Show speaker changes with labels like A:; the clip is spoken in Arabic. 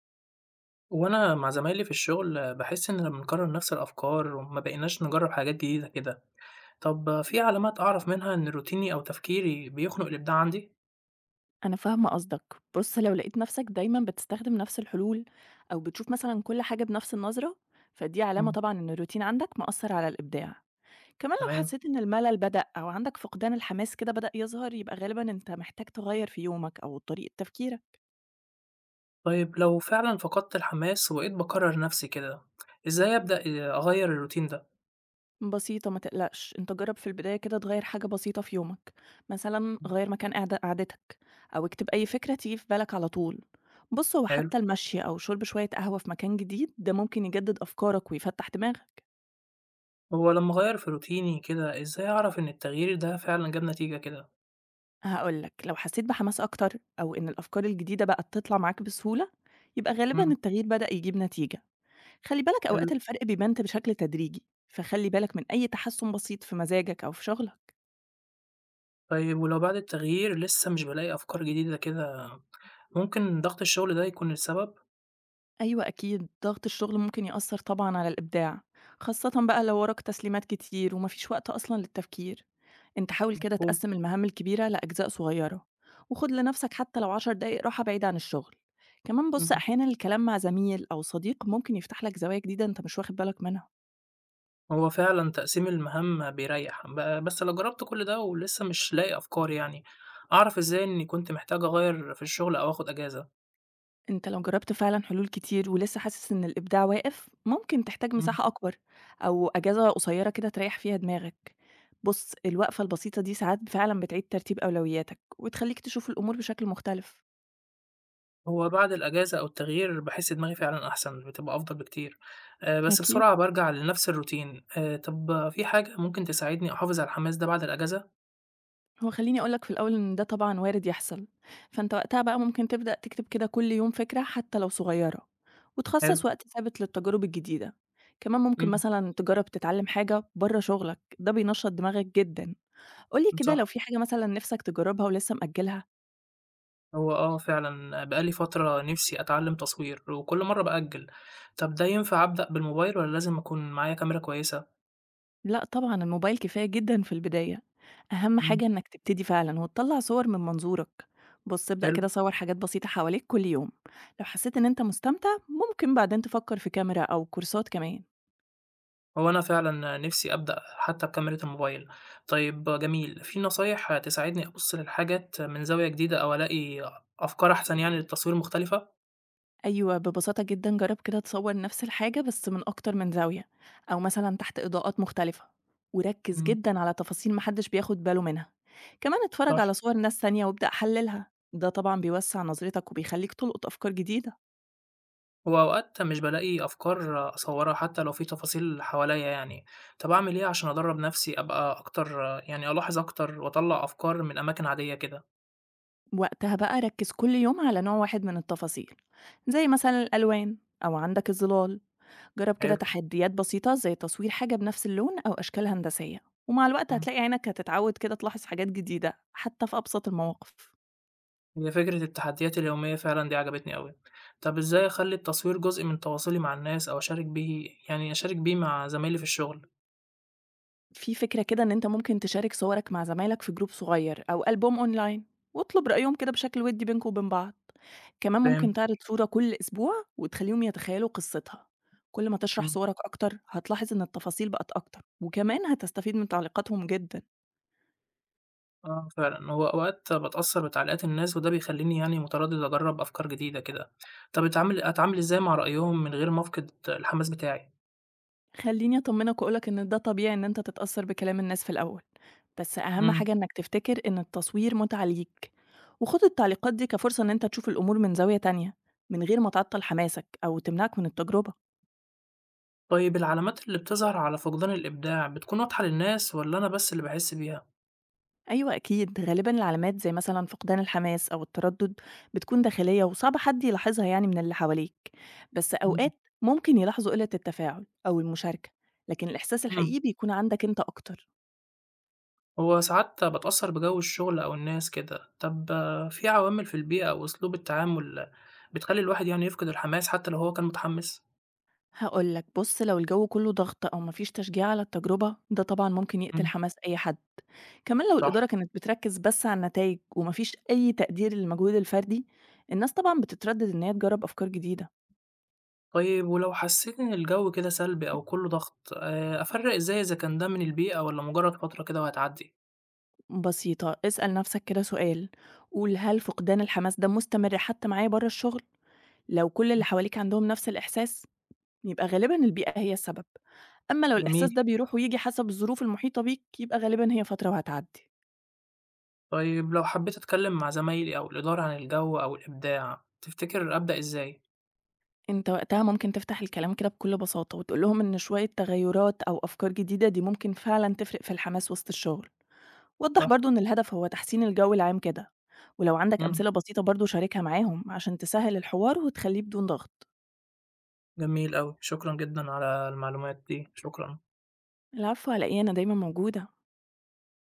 A: وأنا مع زمايلي في الشغل باحس إن لما نكرر نفس الأفكار وما بقيناش نجرب حاجات جديدة كده، طب في علامات أعرف منها إن روتيني أو تفكيري بيخنق الإبداع عندي؟
B: أنا فاهمة قصدك. بُص، لو لقيت نَفْسك دايمًا بتستخدم نَفْس الحلول أو بتشوف مثلًا كل حاجة بنَفْس النظرة، فدي علامة
A: إمم.
B: طبعًا إن الروتين عندك مأثّر على الإبداع. كمان لو
A: تمام.
B: حسيت إن الملل بدأ أو عندك فقدان الحماس كده بدأ يظهر، يبقى غالبًا أنت محتاج تغيّر في يومك أو طريقة تفكيرك.
A: طيب لو فعلًا فقدت الحماس وبقيت باكرر نفسي كده، إزاي أبدأ أغير الروتين ده؟
B: بسيطة ما تقلقش، أنت جرّب في البداية كده تغيّر حاجة بسيطة في يومك، مثلًا
A: إمم.
B: غيّر مكان قعدتك أو اكتب أي فكرة تيجي في بالك على طول. بُص، هو
A: حلو.
B: حتى المشي أو شُرب شوية قهوة في مكان جديد، ده ممكن يجدد أفكارك ويفتّح دماغك.
A: هو لما أغير في روتيني كده إزاي أعرف إن التغيير ده فعلًا جاب نتيجة كده؟
B: هاقول لك، لو حسيت بحماس أكتر أو إن الأفكار الجديدة بقت تطلع معاك بسهولة، يبقى غالبًا
A: إمم.
B: التغيير بدأ يجيب نتيجة. خلّي بالك
A: حلو.
B: أوقات الفرق بيبان بشكل تدريجي، فخلّي بالك من أي تحسُّن بسيط في مزاجك أو في شغلك.
A: طيب ولو بعد التغيير لسه مش بالاقي أفكار جديدة كده، ممكن ضغط الشغل ده يكون السبب؟
B: أيوه أكيد، ضغط الشغل ممكن يأثّر طبعًا على الإبداع، خاصةً بقى لو وراك تسليمات كتير وما فيش وقت أصلًا للتفكير. أنت حاول كده
A: مفهوم.
B: تقسم المهام الكبيرة لأجزاء صغيرة وخد لنفسك حتى لو 10 دقايق راحة بعيد عن الشغل. كمان بص
A: إمم.
B: أحيانا الكلام مع زميل أو صديق ممكن يفتح لك زوايا جديدة أنت مش واخد بالك منها.
A: هو فعلًا تقسيم المهام بيريّح، بس لو جرّبت كل ده ولسه مش لاقي أفكار يعني، أعرف إزاي إني كنت محتاج أغيّر في الشغل أو آخُد أجازة؟
B: أنت لو جربت فعلا حلول كتير ولسه حاسس إن الإبداع واقف ممكن تحتاج
A: إمم.
B: مساحة أكبر أو أجازة قصيرة كده تريح فيها دماغك. بص الوقفة البسيطة دي ساعات فعلا بتعيد ترتيب أولوياتك وتخليك تشوف الأمور بشكل مختلف.
A: هو بعد الأجازة أو التغيير باحس دماغي فعلًا أحسن، بتبقى أفضل بكتير، بس
B: أكيد.
A: بسرعة بارجع لنفس الروتين، طَب في حاجة ممكن تساعدني أحافظ على الحماس ده بعد الأجازة؟
B: هو خلّيني أقول لك في الأول إن ده طبعًا وارد يحصل، فأنت وقتها بقى ممكن تبدأ تكتب كده كل يوم فكرة حتى لو صغيرة،
A: حلو.
B: وتخصص وقت ثابت للتجارب الجديدة، كمان ممكن
A: إمم.
B: مثلًا تجرّب تتعلم حاجة برّه شغلك، ده بينشّط دماغك جدًا. قُل لي
A: إمم،
B: كده لو
A: صح.
B: في حاجة مثلًا نِفْسك تجرّبها ولسه مأجّلها؟
A: هو آه فعلًا بقى لي فترة نِفْسي أتعلّم تصوير وكل مرّة بأجّل، طَب ده ينفع أبدأ بالموبايل والّا لازم أكون معايا كاميرا كويسة؟
B: لأ طبعًا الموبايل كفاية جدًا في البداية، أهم
A: إمم.
B: حاجة إنك تبتدي فعلًا وتطلّع صور من منظورك. بُص ابدأ
A: حلو.
B: كده صوّر حاجات بسيطة حواليك كل يوم، لو حسّيت إن أنت مستمتع ممكن بعدين تفكّر في كاميرا أو كورسات كمان.
A: هو أنا فعلًا نِفْسي أبدأ حتى بكاميرا الموبايل. طيب جميل، في نصايح تساعدني أبُص للحاجات من زاوية جديدة أو ألاقي أفكار أحسن يعني للتصوير مختلفة؟
B: أيوه، ببساطة جدًا جرّب كده تصوّر نفس الحاجة بس من أكتر من زاوية، أو مثلًا تحت إضاءات مختلفة، وركّز
A: إمم.
B: جدًا على تفاصيل ما حدش بياخد باله منها، كمان اتفرّج
A: صح.
B: على صور ناس تانية وابدأ حلّلها، ده طبعًا بيوسّع نظرتك وبيخلّيك تلقط أفكار جديدة،
A: هو أوقات مش بالاقي أفكار أصوّرها حتى لو في تفاصيل حواليّا يعني، طَب أعمل إيه عشان أدرّب نَفْسي أبقى أكتر يعني ألاحظ أكتر وأطلّع أفكار من أماكن عادية كده؟
B: وقتها بقى ركّز كل يوم على نوع واحد من التفاصيل، زي مثلًا الألوان أو عندك الظلال، جرّب كده
A: حلو.
B: تحديات بسيطة زي تصوير حاجة بنفس اللون أو أشكال هندسية، ومع الوقت
A: إمم.
B: هتلاقي عينك هتتعوّد كده تلاحظ حاجات جديدة حتى في أبسط المواقف.
A: هي فكرة التحديات اليومية فعلًا دي عجبتني أوي. طب إزاي أخلّي التصوير جزء من تواصلي مع الناس أو أشارك بيه يعني أشارك بيه مع زمايلي في الشغل؟
B: في فكرة كده إن أنت ممكن تشارك صورك مع زمايلك في جروب صغير أو ألبوم أونلاين واطلب رأيهم كده بشكل ودي بينكم وبين بعض. كمان ممكن
A: فهمت.
B: تعرض صورة كل أسبوع وتخليهم يتخيلوا قصتها. كل ما تشرح
A: إمم،
B: صورك أكتر هتلاحظ إن التفاصيل بقت أكتر وكمان هتستفيد من تعليقاتهم جدا.
A: آه فعلًا. هو أوقات باتأثّر بتعليقات الناس وده بيخلّيني يعني متردد أجرّب أفكار جديدة كده. طب أتعامل إزاي مع رأيهم من غير ما أفقد الحماس بتاعي؟
B: خليني أطمنك وأقولك إن ده طبيعي إن أنت تتأثر بكلام الناس في الأول، بس أهم
A: إمم.
B: حاجة إنك تفتكر إن التصوير متعة ليك وخد التعليقات دي كفرصة إن أنت تشوف الأمور من زاوية تانية من غير ما تعطل حماسك أو تمنعك من التجربة.
A: طيب العلامات اللي بتظهر على فقدان الإبداع بتكون واضحة للناس والّا أنا بس اللي باحس بيها؟
B: أيوة أكيد غالبا العلامات زي مثلا فقدان الحماس أو التردد بتكون داخلية وصعب حد يلاحظها يعني من اللي حواليك، بس
A: إمم.
B: أوقات ممكن يلاحظوا قلة التفاعل أو المشاركة، لكن الإحساس
A: إمم.
B: الحقيقي بيكون عندك أنت أكتر.
A: هو ساعات باتأثّر بجو الشغل أو الناس كده. طَب آه، في عوامل في البيئة أو أسلوب التعامل بتخلّي الواحد يعني يفقد الحماس حتى لو هو كان متحمّس؟
B: هقولك بص لو الجو كله ضغط أو مفيش تشجيع على التجربة ده طبعا ممكن يقتل
A: إمم.
B: حماس أي حد. كمان لو الإدارة
A: صح.
B: كانت بتركز بس على النتائج ومفيش أي تقدير للمجهود الفردي الناس طبعا بتتردد إن هي تجرب أفكار جديدة.
A: طيب ولو حسّيت إن الجو كده سلبي أو كُلّه ضغط، أفرّق إزاي إذا كان ده من البيئة والّا مجرّد فترة كده وهتعدّي؟
B: بسيطة، اسأل نفسك كده سؤال، قُل هل فقدان الحماس ده مستمر حتى معايا برّه الشغل؟ لو كل اللي
A: إمم.
B: حواليك عندهم نفس الإحساس، يبقى غالبًا البيئة هي السبب، أمّا لو الإحساس
A: جميل.
B: ده بيروح وييجي حسب الظروف المحيطة بيك، يبقى غالبًا هي فترة وهتعدي.
A: طيب لو حبّيت أتكلّم مع زمايلي أو الإدارة عن الجو أو الإبداع، تفتكر أبدأ إزاي؟
B: أنت وقتها ممكن تفتح الكلام كده بكل بساطة وتقول لهم إن شوية تغيرات أو أفكار جديدة دي ممكن فعلًا تفرق في الحماس وسط الشغل، وضّح
A: صح.
B: برضه إن الهدف هو تحسين الجو العام كده، ولو عندك
A: إمم.
B: أمثلة بسيطة برضه شاركها معاهم عشان تسهّل الحوار وتخلّيه بدون ضغط.
A: جميل أوي. شكرًا جدًا على المعلومات دي، شكرًا.
B: العفو على إيه، أنا دايمًا موجودة.